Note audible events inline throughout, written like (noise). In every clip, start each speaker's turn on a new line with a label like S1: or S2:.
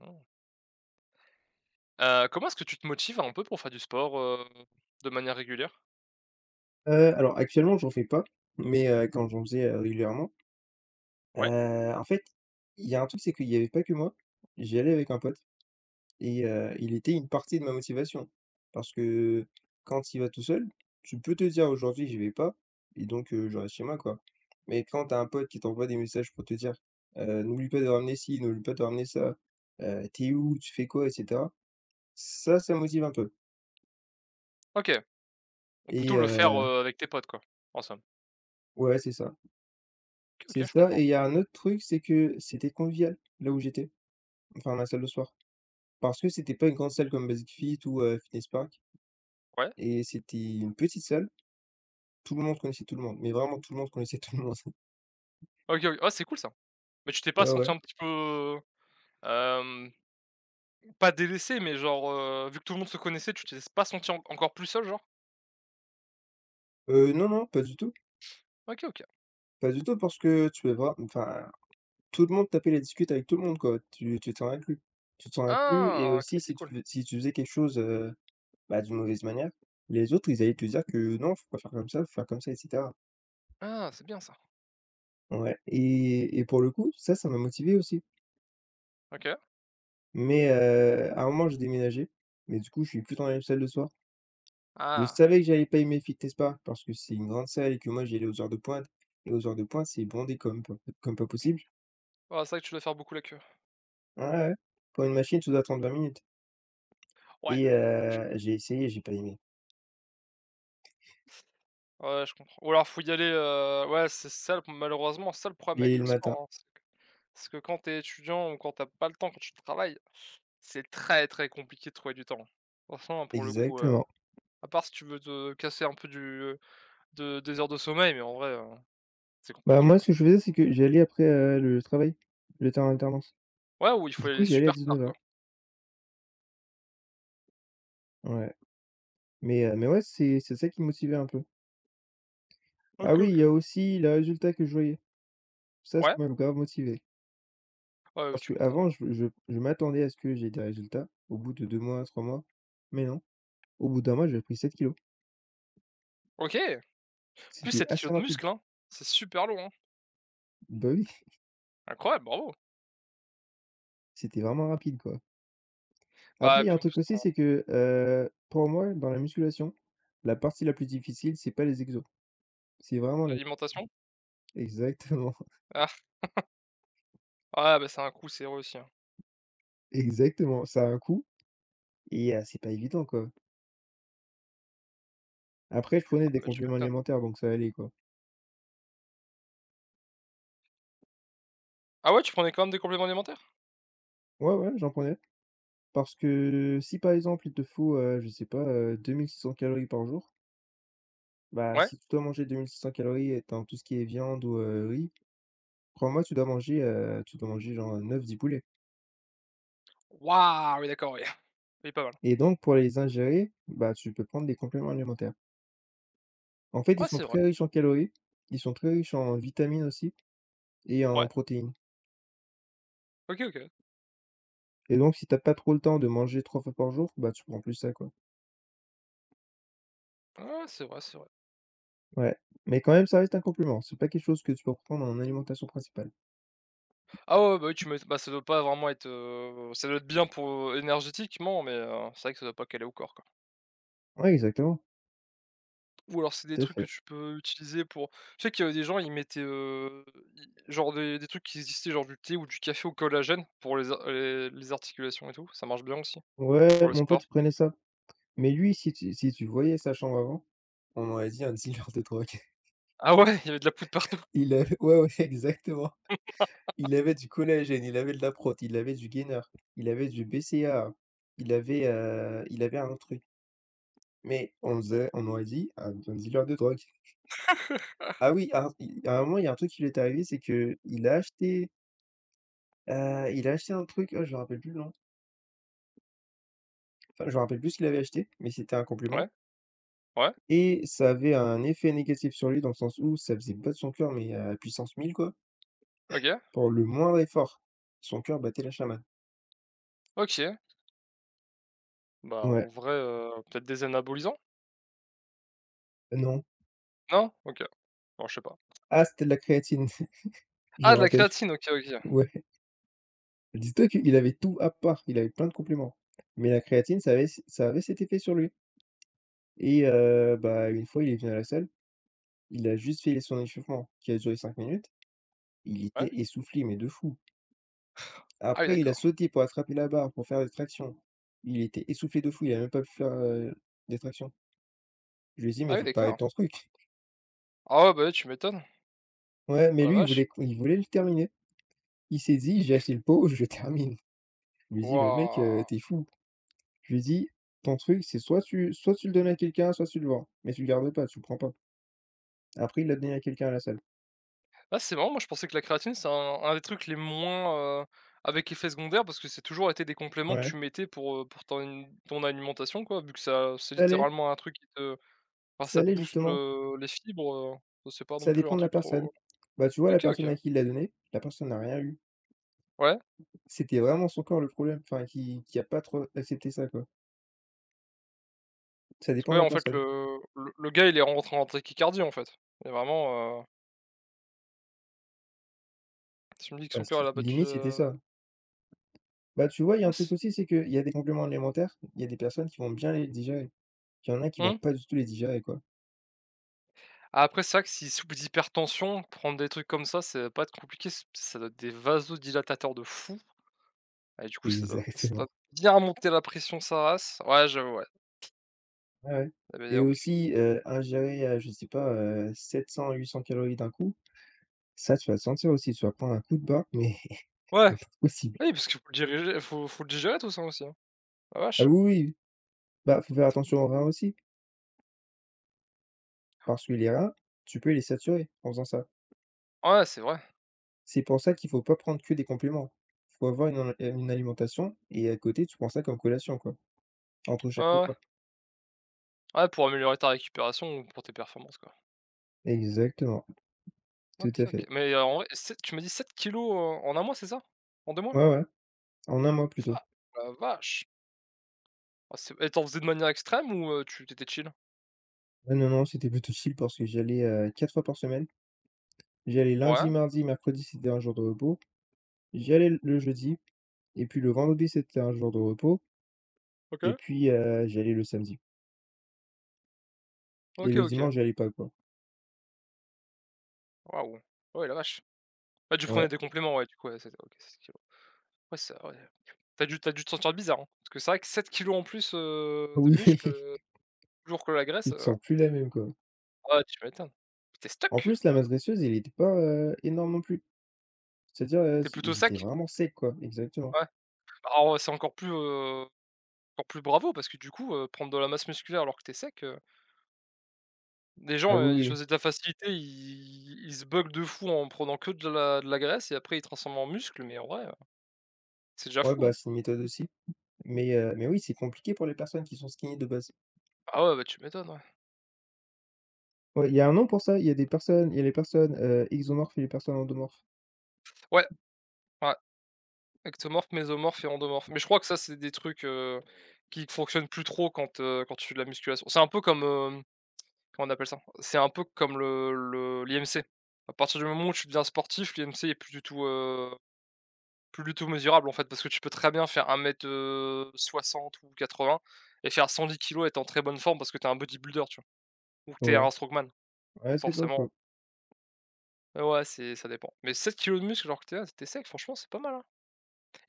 S1: Mmh. Comment est-ce que tu te motives un peu pour faire du sport, de manière régulière?
S2: Alors actuellement, j'en fais pas, mais quand j'en faisais, régulièrement,
S1: Ouais?
S2: en fait, il y a un truc, c'est qu'il y avait pas que moi. J'y allais avec un pote et il était une partie de ma motivation. Parce que quand il va tout seul, tu peux te dire: «Aujourd'hui, j'y vais pas» et donc je reste chez moi, quoi. Mais quand t'as un pote qui t'envoie des messages pour te dire: «N'oublie pas de ramener ci, n'oublie pas de ramener ça, tu où? Tu fais quoi?» et cetera. Ça motive un peu
S1: OK. Ou plutôt
S2: et
S1: le faire, avec tes potes quoi, en somme.
S2: ouais, c'est ça.
S1: OK,
S2: C'est
S1: OK, je
S2: ça et
S1: comprends.
S2: il y a un autre truc, c'est que c'était convivial, là où j'étais, enfin ma salle de soir. Parce que c'était pas une grande salle comme Basic Fit ou, Fitness Park
S1: Ouais.
S2: et c'était une petite salle, tout le monde connaissait tout le monde, mais vraiment tout le monde connaissait (laughs) tout le monde. (laughs)
S1: OK, OK. Ah, c'est cool ça. Mais tu t'es pas
S2: Ouais,
S1: senti
S2: ouais.
S1: un petit peu, hem, pas délaissé, mais genre, vu que tout le monde se connaissait, tu t'es pas senti en encore plus seul genre?
S2: Non, non, pas du tout,
S1: OK, OK.
S2: pas du tout parce que tu peux voir enfin tout le monde tapait la discute avec tout le monde quoi, tu te sens inclus. Tu te sens inclus et
S1: Ah! OK,
S2: aussi
S1: c'est cool.
S2: si tu faisais quelque chose, bah, d'une mauvaise manière, les autres ils allaient te dire que: «Non, faut pas faire comme ça, faut faire comme ça» et cetera.
S1: Ah, c'est bien ça.
S2: Ouais et pour le coup, ça m'a motivé aussi.
S1: OK.
S2: Mais à un moment, j'ai déménagé, mais du coup, je suis plus dans la même salle le soir. Je
S1: Ah!
S2: savais que j'allais pas aimer Fitness Park parce que c'est une grande salle et que moi, j'y allais aux heures de pointe et aux heures de pointe, c'est bondé comme pas possible.
S1: Ouais, c'est vrai que tu dois faire beaucoup la queue.
S2: Ouais, ouais. Pour une machine, tu dois attendre 20 minutes
S1: Ouais,
S2: et j'ai essayé, j'ai pas aimé.
S1: ouais, je comprends. Ou alors faut y aller, ouais, c'est ça le malheureusement, c'est ça le problème
S2: J'y
S1: avec
S2: allais le
S1: le
S2: matin.
S1: sport, hein. C'est que quand t'es étudiant ou quand t'as pas le temps, quand tu travailles, c'est très, très compliqué de trouver du temps. Franchement, pour le coup,
S2: Exactement.
S1: à part si tu veux te casser un peu du, de des heures de sommeil, mais en vrai, c'est
S2: Bah,
S1: compliqué,
S2: moi,
S1: quoi.
S2: ce que je faisais, c'est que j'allais après, le travail. Le temps en alternance.
S1: Ouais, ou il faut
S2: Du
S1: y
S2: coup,
S1: aller
S2: j'y allais à
S1: super tard,
S2: dix-neuf
S1: quoi.
S2: heures. Ouais, mais ouais, c'est ça qui me motivait un peu. Ah
S1: OK,
S2: oui, il y
S1: OK.
S2: a aussi le résultat que je voyais. Ça
S1: Ouais,
S2: m'a grave motivé.
S1: ouais, ouais,
S2: Parce
S1: tu m'étonnes.
S2: qu'avant, je m'attendais à ce que j'ai des résultats au bout de 2 mois, 3 mois, mais non, au bout d'un mois, j'avais pris 7 kilos.
S1: OK! En plus
S2: C'était
S1: 7
S2: assez
S1: kilogrammes de
S2: rapide.
S1: muscle, hein. C'est super long, hein.
S2: Bah oui,
S1: Incroyable, bravo.
S2: (laughs) c'était vraiment rapide, quoi. Après,
S1: Bah,
S2: il y a
S1: puis
S2: un
S1: en plus,
S2: truc
S1: en
S2: aussi, c'est que, pour moi, dans la musculation, la partie la plus difficile, c'est pas les exos. C'est vraiment le.
S1: l'alimentation?
S2: Exactement, (laughs)
S1: Ah, ouais, bah, c'est un coup c'est aussi, hein.
S2: exactement, ça a un coût et c'est pas évident, quoi. Après, je prenais
S1: Ah,
S2: des
S1: bah, tu
S2: compléments
S1: m'étonnes.
S2: alimentaires, donc ça allait, quoi.
S1: Ah, ouais, tu prenais quand même des compléments alimentaires?
S2: Ouais, ouais, j'en prenais parce que si, par exemple, il te faut, je sais pas, 2 600 calories par jour. Bah,
S1: Ouais?
S2: si tu dois manger 2 600 calories étant tout ce qui est viande ou, riz, crois-moi, tu dois manger genre, neuf dix poulets
S1: Waouh! Oui, d'accord, oui. (laughs) Oui, pas mal.
S2: et donc pour les ingérer, bah, tu peux prendre des compléments alimentaires. En fait, ils
S1: Ouais,
S2: sont
S1: c'est vrai.
S2: très riches en calories, ils sont très riches en vitamines aussi et
S1: Ouais.
S2: en protéines
S1: OK, OK.
S2: et donc si t'as pas trop le temps de manger 3 fois par jour, bah, tu prends plus ça, quoi.
S1: Ouais, ouais, c'est vrai, c'est vrai.
S2: Ouais, mais quand même, ça reste un complément, c'est pas quelque chose que tu peux prendre en alimentation principale.
S1: Ah, ouais, ouais, bah, oui, tu m'é bah, ça doit pas vraiment être, ça doit être bien pour, énergétiquement, mais, c'est vrai que ça doit pas caler au corps, quoi.
S2: Ouais, exactement,
S1: Ou alors c'est des
S2: tout à
S1: trucs que
S2: fait.
S1: tu peux utiliser pour je sais qu'il y avait des gens, ils mettaient, i genre des trucs qui existaient, genre du thé ou du café au collagène pour les ar les articulations et tout, ça marche bien aussi, pour
S2: Ouais,
S1: le
S2: mon pote,
S1: sport.
S2: il prenait ça, mais lui, si tu voyais sa chambre avant, on aurait dit un dealer de drogue.
S1: Ah, ouais? (laughs) Il y avait de la poudre partout?
S2: Il avait ouais, ouais, (laughs) exactement. Il avait du collagène, il avait de la prot, il avait du gaineur, il avait du BCAA, il avait un autre truc, mais on nous a dit: «Un dealer de drogue». Ah oui, à un moment, il y a un truc qui lui est arrivé, c'est que il a acheté un truc, oh, je me rappelle plus le nom, enfin, je me rappelle plus ce qu'il avait acheté, mais c'était un compliment
S1: Ouais, ouais,
S2: et ça avait un effet négatif sur lui dans le sens où ça faisait battre son cœur, mais à puissance 1000 quoi,
S1: OK,
S2: pour le moindre effort. Son cœur battait la chamade.
S1: OK. Bah, en
S2: Ouais,
S1: vrai, peut-être des anabolisants?
S2: non.
S1: Non? OK. Bon, je sais pas.
S2: Ah, c'était de la créatine. Je
S1: Ah,
S2: me
S1: de la
S2: rappelle.
S1: créatine, OK, OK.
S2: Ouais. (laughs) Dis-toi qu'il avait tout à part, il avait plein de compléments. Mais la créatine, ça avait cet effet sur lui et bah, une fois, il est venu à la salle, il a juste fait son échauffement qui a duré 5 minutes, il
S1: Ouais.
S2: était essoufflé, mais de fou.
S1: Ah, oui,
S2: Après, il a
S1: d'accord.
S2: sauté pour attraper la barre pour faire des tractions. Il était essoufflé de fou, il a même pas pu faire, des tractions. Je lui ai dit:
S1: Ah,
S2: «Mais
S1: oui,
S2: faut que
S1: d'accord.
S2: t'arrêtes ton truc». (laughs)
S1: Ah, ouais, bah, ouais, tu m'étonnes.
S2: Ouais,
S1: Oh,
S2: mais
S1: la
S2: lui,
S1: vache.
S2: il voulait le terminer. Il s'est dit: «J'ai acheté le pot, (laughs) je termine». Je lui ai dit: «Mais mec,
S1: Waouh!
S2: tu fou». Je lui ai dit: «Ton truc, c'est soit tu le donnes à quelqu'un, soit tu le vends, mais tu le gardes pas, tu le prends pas». Après, il l'a donné à quelqu'un à la salle.
S1: Ah, c'est marrant, moi je pensais que la créatine, c'est un des trucs les moins, avec effet secondaire parce que c'est toujours été des compléments que
S2: Ouais.
S1: tu mettais pour, pour ton alimentation quoi, vu que ça c'est
S2: Ça l'est
S1: littéralement un truc qui te enfin
S2: Ça
S1: ça te
S2: l'est
S1: booste
S2: justement,
S1: le les fibres, c'est pas non
S2: ça
S1: plus
S2: dépend
S1: un
S2: de la
S1: truc
S2: personne.
S1: trop
S2: Bah, tu vois la
S1: OK, OK.
S2: personne à qui il l'a donné, la personne n'a rien eu.
S1: Ouais,
S2: C'était vraiment son corps le problème, enfin qui a pas trop accepté ça, quoi. Ça
S1: parce que
S2: dépend
S1: ouais,
S2: de la
S1: en fait,
S2: personne.
S1: le gars, il est rentré en trachycardie, en fait. Il est vraiment, tu me dis que
S2: Bah,
S1: son cœur, il
S2: si
S1: a battu,
S2: limite, c'était ça. Bah, tu vois, il y a
S1: ah,
S2: un truc
S1: c'est
S2: aussi, c'est qu'il y a des compléments alimentaires, il y a des personnes qui vont bien les digérer. Il y en a qui vont
S1: Mmh.
S2: pas du tout les digérer, quoi.
S1: Après, c'est vrai que s'ils souffrent d'hypertension, prendre des trucs comme ça doit pas être compliqué. C Ça doit être des vasodilatateurs de fou et du coup, ça doit ça
S2: Exactement.
S1: doit bien remonter la pression sa race. Ouais, j'avoue, ouais.
S2: Ouais, ouais.
S1: Eh, beh, dis
S2: Et
S1: donc.
S2: aussi, ingérer, je sais pas, sept 800 calories d'un coup, ça, tu vas le sentir aussi, tu vas prendre un coup de barre, mais (laughs) pas
S1: Ouais,
S2: possible.
S1: oui, parce qu'il faut le diriger faut faut le digérer tout ça aussi, hein. La
S2: Ah
S1: vache.
S2: oui, oui, bah, faut faire
S1: C'est b
S2: attention aux reins aussi, parce que les reins, tu peux les saturer en faisant ça.
S1: Ouais, c'est vrai.
S2: C'est pour ça qu'il faut pas prendre que des compléments. Faut avoir une alimentation et à côté, tu prends ça comme collation, quoi, entre
S1: Ouais,
S2: chaque
S1: ouais, ouais.
S2: repas.
S1: Ouais, pour améliorer ta récupération ou pour tes performances, quoi.
S2: Exactement, tout
S1: OK,
S2: à
S1: OK.
S2: fait.
S1: Mais, en vrai, 7, tu m'as dit 7 kilos, en un mois, c'est ça? En 2 mois?
S2: Ouais, ouais, en un mois
S1: Va
S2: plutôt.
S1: La vache! Ah, c'est et tu en faisais de manière extrême ou, tu t'étais chill?
S2: Ouais, non, non, c'était plutôt chill parce que j'allais allais, fois par semaine. J'allais lundi,
S1: Ouais.
S2: mardi, mercredi, c'était un jour de repos. J'allais le jeudi et puis le vendredi, c'était un jour de repos et
S1: OK.
S2: puis, j'y le samedi et
S1: OK,
S2: le
S1: OK.
S2: dimanche, j'allais pas, quoi.
S1: Waouh! Ah, ouais, la vache. Ouais, tu prenais
S2: Ouais.
S1: des
S2: (laughs)
S1: compléments, ouais, du coup, ouais, c'est OK, 7 kg. Ouais, ça, ouais. Tu as dû te sentir bizarre, hein? Parce que c'est vrai que 7 kilos en plus, de
S2: Oui,
S1: muscles,
S2: oui,
S1: toujours que la graisse,
S2: tu te sens plus la même, quoi.
S1: ah, tu m'étonnes. t'es stuck
S2: En
S1: t'es
S2: plus, la matressieuse, elle était pas, énorme non plus. C'est-à-dire, si
S1: plutôt sec?
S2: j'étais vraiment sec, quoi, exactement.
S1: Ouais. Alors, ouais, c'est encore plus bravo parce que du coup, prendre de la masse musculaire alors que t'es sec, des
S2: Ah
S1: gens,
S2: oui,
S1: ils
S2: oui.
S1: choisissent la facilité, ils se buggent de fou en prenant que de la graisse et après ils transforment en muscles, mais en vrai, c'est déjà
S2: Ouais,
S1: fou,
S2: bah,
S1: hein?
S2: c'est une méthode aussi. Mais oui, c'est compliqué pour les personnes qui sont skinny de base.
S1: Ah, ouais, bah, tu m'étonnes, ouais.
S2: Ouais, il y a un nom pour ça, il y a les personnes, exomorphes et les personnes endomorphes.
S1: Ouais. Ouais. Ectomorphe, mésomorphe et endomorphe. Mais je crois que ça, c'est des trucs, qui fonctionnent plus trop quand, quand tu fais de la musculation. C'est un peu comme, comment on appelle ça? C'est un peu comme le l'IMC. À partir du moment où tu deviens sportif, l'IMC est plus du tout mesurable, en fait, parce que tu peux très bien faire un mètre 60 ou 80 et faire 110 kg et être en très bonne forme parce que t'es un bodybuilder, tu vois? Ou que t'es
S2: Ouais,
S1: un strongman.
S2: ouais,
S1: Donc
S2: c'est pas
S1: forcément,
S2: faux.
S1: ouais, c'est, ça dépend. Mais 7 kilos de muscle alors que t'es es sec, franchement, c'est pas mal, hein.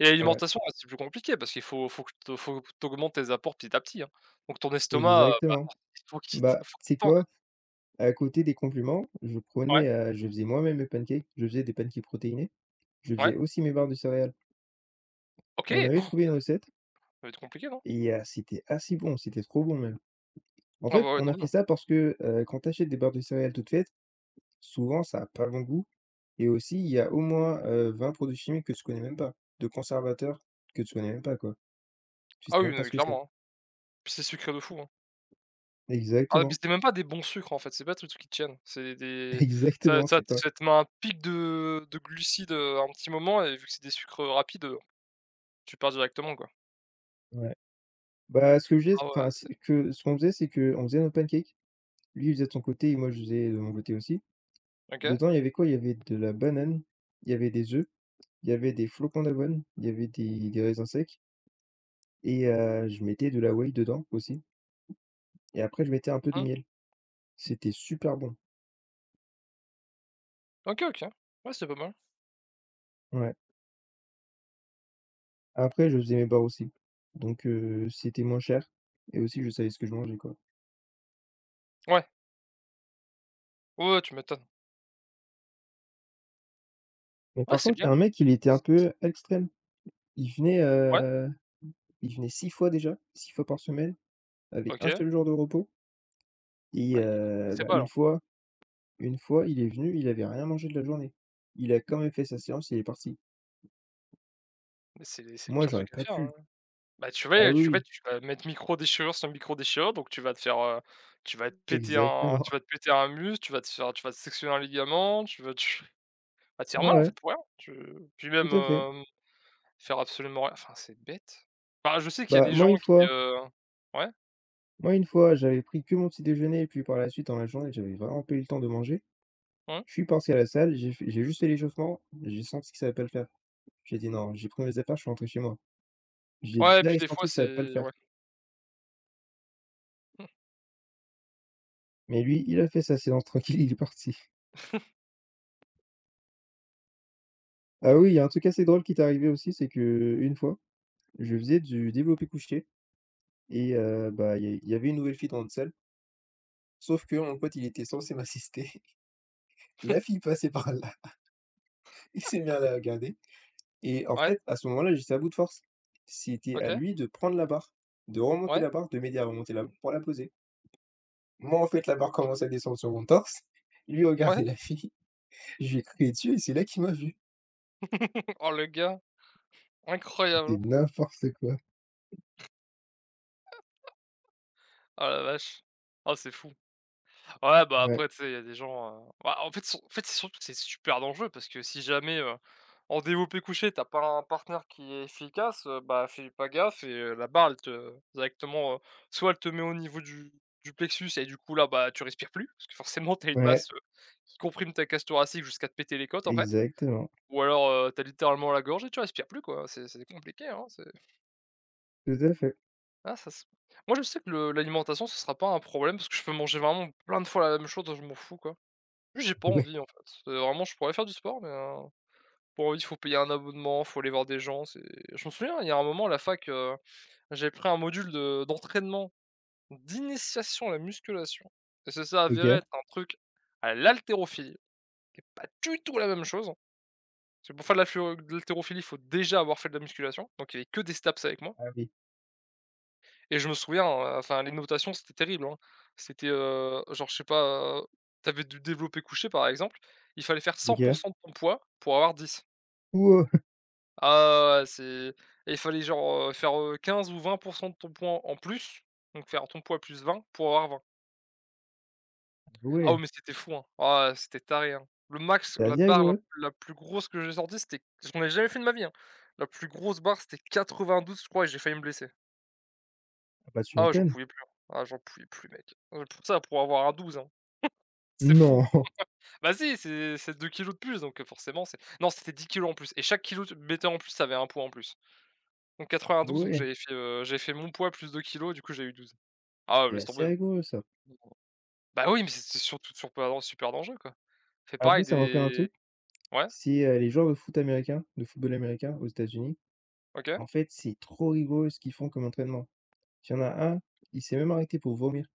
S1: Et
S2: Ouais,
S1: l'alimentation, bah, c'est plus compliqué parce qu'il faut que tu tes apports petit à petit, hein. Donc ton estomac, bah,
S2: exactement.
S1: (laughs) il faut qu'il te
S2: Bah,
S1: faut qu'il
S2: c'est
S1: tanque.
S2: quoi? À côté des compliments,
S1: Ouais,
S2: je faisais moi-même mes pancakes, je faisais des pancakes protéinés. Je
S1: ouais,
S2: faisais aussi mes barres de céréales. On
S1: OK. Oh,
S2: avait
S1: ça
S2: trouvé une recette
S1: va être compliqué, non?
S2: et c'était assez bon, c'était trop bon même. En
S1: Ah,
S2: fait,
S1: bah, ouais,
S2: on a
S1: tant mieux.
S2: fait ça parce que, quand tu achètes des barres de céréales toutes faites, souvent ça a pas bon goût et aussi il y a au moins, 20 produits chimiques que tu connais même pas, de conservateurs que tu connais même pas quoi. Tu sais
S1: Ah, oui,
S2: même
S1: non,
S2: pas
S1: mais
S2: ce que c'est.
S1: clairement, hein. Puis c'est sucré de fou, hein. Ah, puis
S2: Exactement,
S1: c'est même pas des bons sucres, en fait, c'est pas des trucs qui tiennent. C'est
S2: (laughs)
S1: des ça
S2: exactement,
S1: ça
S2: c'est pas
S1: ça te met un pic de glucides, un petit moment et vu que c'est des sucres rapides, tu pars directement, quoi.
S2: ouais. Bah, ce que je faisais
S1: Ah, ouais,
S2: enfin
S1: c'est
S2: c'est que ce qu'on faisait, c'est qu'on faisait nos pancakes. Lui, il faisait de son côté et moi je faisais de mon côté aussi.
S1: OK.
S2: Dedans, il y avait quoi? Il y avait de la banane, il y avait des œufs. Il y avait des flocons d'avoine, il y avait des raisins secs et je mettais de la whey dedans aussi et après je mettais un peu de
S1: Mmh.
S2: miel. C'était super bon,
S1: OK, OK. Ouais, c'est pas mal.
S2: ouais. Après je faisais mes bars aussi, donc c'était moins cher et aussi je savais ce que je mangeais, quoi.
S1: Ouais. Ouais, ouais, tu m'étonnes.
S2: Mais
S1: Ouais,
S2: par
S1: c'est
S2: contre, il y
S1: bien.
S2: a un mec, il était un peu extrême. Il venait,
S1: Ouais,
S2: heu, il venait 6 fois déjà, 6 fois par semaine avec un
S1: OK.
S2: seul jour de repos et
S1: Bah, il progressait
S2: bah,
S1: pas alors.
S2: une fois, il est venu, il avait rien mangé de la journée. Il a quand même fait sa séance, il est parti.
S1: Mais c'est le
S2: Moi,
S1: pire
S2: j'aurais
S1: truc à
S2: pas
S1: faire, hein.
S2: pu.
S1: Bah, tu
S2: Ah
S1: vas
S2: oui,
S1: tu vas
S2: oui,
S1: tu vas mettre micro-déchirure sur micro-déchirure, donc tu vas te faire, tu vas te péter un
S2: exactement.
S1: tu vas te péter un muscle, tu vas te sectionner un ligament, tu vas tu (laughs) vas te faire
S2: Ouais,
S1: mal, en fait,
S2: ouais,
S1: pour rien. Tu Puis
S2: tout
S1: même,
S2: à fait.
S1: faire absolument rien, enfin, c'est bête. Bah, je sais qu'il y a
S2: Bah,
S1: des
S2: moi,
S1: gens
S2: une
S1: qui,
S2: fois
S1: ouais?
S2: moi, une fois, j'avais pris que mon petit déjeuner et puis par la suite, dans la journée, j'avais vraiment pas eu le temps de manger.
S1: Mmh?
S2: Je suis parti à la salle, j'ai juste fait l'échauffement, j'ai senti que ça allait pas le faire. J'ai dit: «Non». J'ai pris mes affaires, je suis rentré chez moi. J'ai
S1: Ouais, et puis
S2: direct
S1: des fois,
S2: senti que ça allait pas le
S1: c'est
S2: faire.
S1: ouais.
S2: Mais lui, il a fait sa séance (laughs) tranquille, il est parti.
S1: (laughs)
S2: Ah oui, il y a un truc assez drôle qui t'est arrivé aussi, c'est que une fois, je faisais du développé couché et bah, il y avait une nouvelle fille dans notre salle, sauf que mon pote, il était censé m'assister. (laughs) La fille passait par là, il s'est mis à la regarder. Et en
S1: Ouais,
S2: fait, à ce moment-là, j'étais à bout de force. C'était à
S1: OK,
S2: lui de prendre la barre, de remonter
S1: ouais,
S2: la barre, de m'aider à remonter la barre pour la poser. Moi, en fait, la barre commence à descendre sur mon torse. (laughs) Lui
S1: ouais.
S2: regardez la fille, (laughs) je lui ai crié dessus et c'est là qu'il m'a vu.
S1: (laughs) Oh, le gars,
S2: C'était
S1: incroyable.
S2: n'importe quoi.
S1: Oh, la vache. Oh, c'est fou. Ouais, bah,
S2: Ouais.
S1: après, tu sais, il y a des gens, bah, en fait, sur en fait, c'est surtout que c'est super dangereux parce que si jamais, en développé couché, t'as pas un partenaire qui est efficace, bah, fais pas gaffe et la barre elle te directement, soit elle te met au niveau du plexus et du coup là, bah, tu respires plus parce que forcément t'as une
S2: Ouais,
S1: masse, qui comprime ta cage thoracique jusqu'à te péter les côtes, en fait.
S2: exactement.
S1: Ou alors, tu littéralement la gorge et tu respires plus, quoi. C'est compliqué, hein, c'est
S2: Tout à fait.
S1: ah ça se moi, je sais que le l'alimentation, ce sera pas un problème parce que je peux manger vraiment plein de fois la même chose, je m'en fous, quoi. Juste, j'ai pas
S2: Ouais.
S1: envie, en fait. Vraiment, je pourrais faire du sport, mais, pas envie, il faut payer un abonnement, faut aller voir des gens, c'est je me souviens, il y a un moment à la fac, j'avais pris un module de d'entraînement, d'initiation à la musculation et ça s'est avéré
S2: OK.
S1: être un truc à l'haltérophilie, qui est pas du tout la même chose. Parce que pour faire de la fleur de l'haltérophilie, il faut déjà avoir fait de la musculation, donc il y avait que des staps avec moi
S2: Ah oui.
S1: et je me souviens, enfin les notations, c'était terrible, hein. C'était, genre, je sais pas, tu avais du développé couché, par exemple, il fallait faire 100 de
S2: OK.
S1: ton poids pour avoir 10.
S2: Wow!
S1: Ah, ouais, c'est et il fallait genre, faire, 15 ou 20% de ton poids en plus, donc faire ton poids plus 20 pour avoir 20.
S2: (laughs)
S1: Ah, ouais,
S2: Ouais,
S1: mais c'était fou, hein. Ah, c'était taré, hein. Le max,
S2: c'est
S1: la
S2: assez
S1: barre, la
S2: rigoureux.
S1: la plus grosse que j'ai sortie, c'était j'en ai jamais fait de ma vie, hein. La plus grosse barre, c'était 92, je crois, et j'ai failli me blesser.
S2: Ah bah, tu
S1: Ah, ouais, j'en
S2: m'étonnes.
S1: pouvais plus, hein. Ah, j'en pouvais plus, mec. Pour ça, pour avoir un 12, hein. C'est fou.
S2: Non! (laughs)
S1: Bah, si, c'est 2 kilos de plus, donc forcément, c'est non, c'était 10 kilos en plus et chaque kilogramme de mettais en plus, ça avait un poids en plus. Donc
S2: Ah
S1: 92, donc
S2: ouais,
S1: j'avais fait mon poids plus 2 kilos du coup j'ai eu 12. Ah, ouais,
S2: c'est
S1: laisse tomber,
S2: assez
S1: hein.
S2: rigoureux ça.
S1: Bah, oui, mais c'est surtout super dan super dangereux, quoi. C'est pareil
S2: Après, ça me rappelle un
S1: des
S2: truc,
S1: ouais,
S2: c'est, les joueurs de de football américain aux États-Unis.
S1: OK.
S2: En fait, c'est trop rigolo ce qu'ils font comme entraînement. Il y en a un, il s'est même arrêté pour vomir.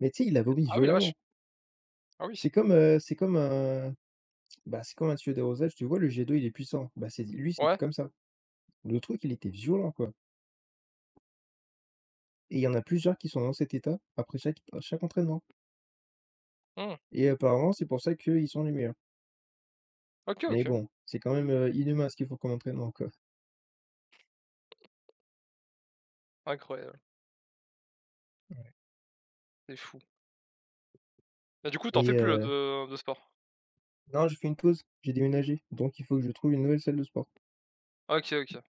S2: Mais tu sais, il a vomi
S1: Ah, oui, la vache.
S2: violemment.
S1: Ah, oui.
S2: C'est comme, heu, c'est comme un c'est comme un tuyau d'arrosage. Tu vois, le jet d'eau, il est puissant. Bah, c'est lui, c'était
S1: Ouais.
S2: comme ça. Le truc, il était violent, quoi et il y en a plusieurs qui sont dans cet état après chaque entraînement
S1: Mmh.
S2: et apparemment, c'est pour ça qu'ils sont les meilleurs.
S1: OK,
S2: Mais
S1: OK.
S2: bon, c'est quand même, inhumain ce qu'ils font comme entraînement, quoi
S1: Incroyable. C'est fou. Et du coup, t'en fais
S2: et
S1: plus là de sport?
S2: non, j'ai fait une pause, j'ai déménagé, donc il faut que je trouve une nouvelle salle de sport.
S1: OK, OK.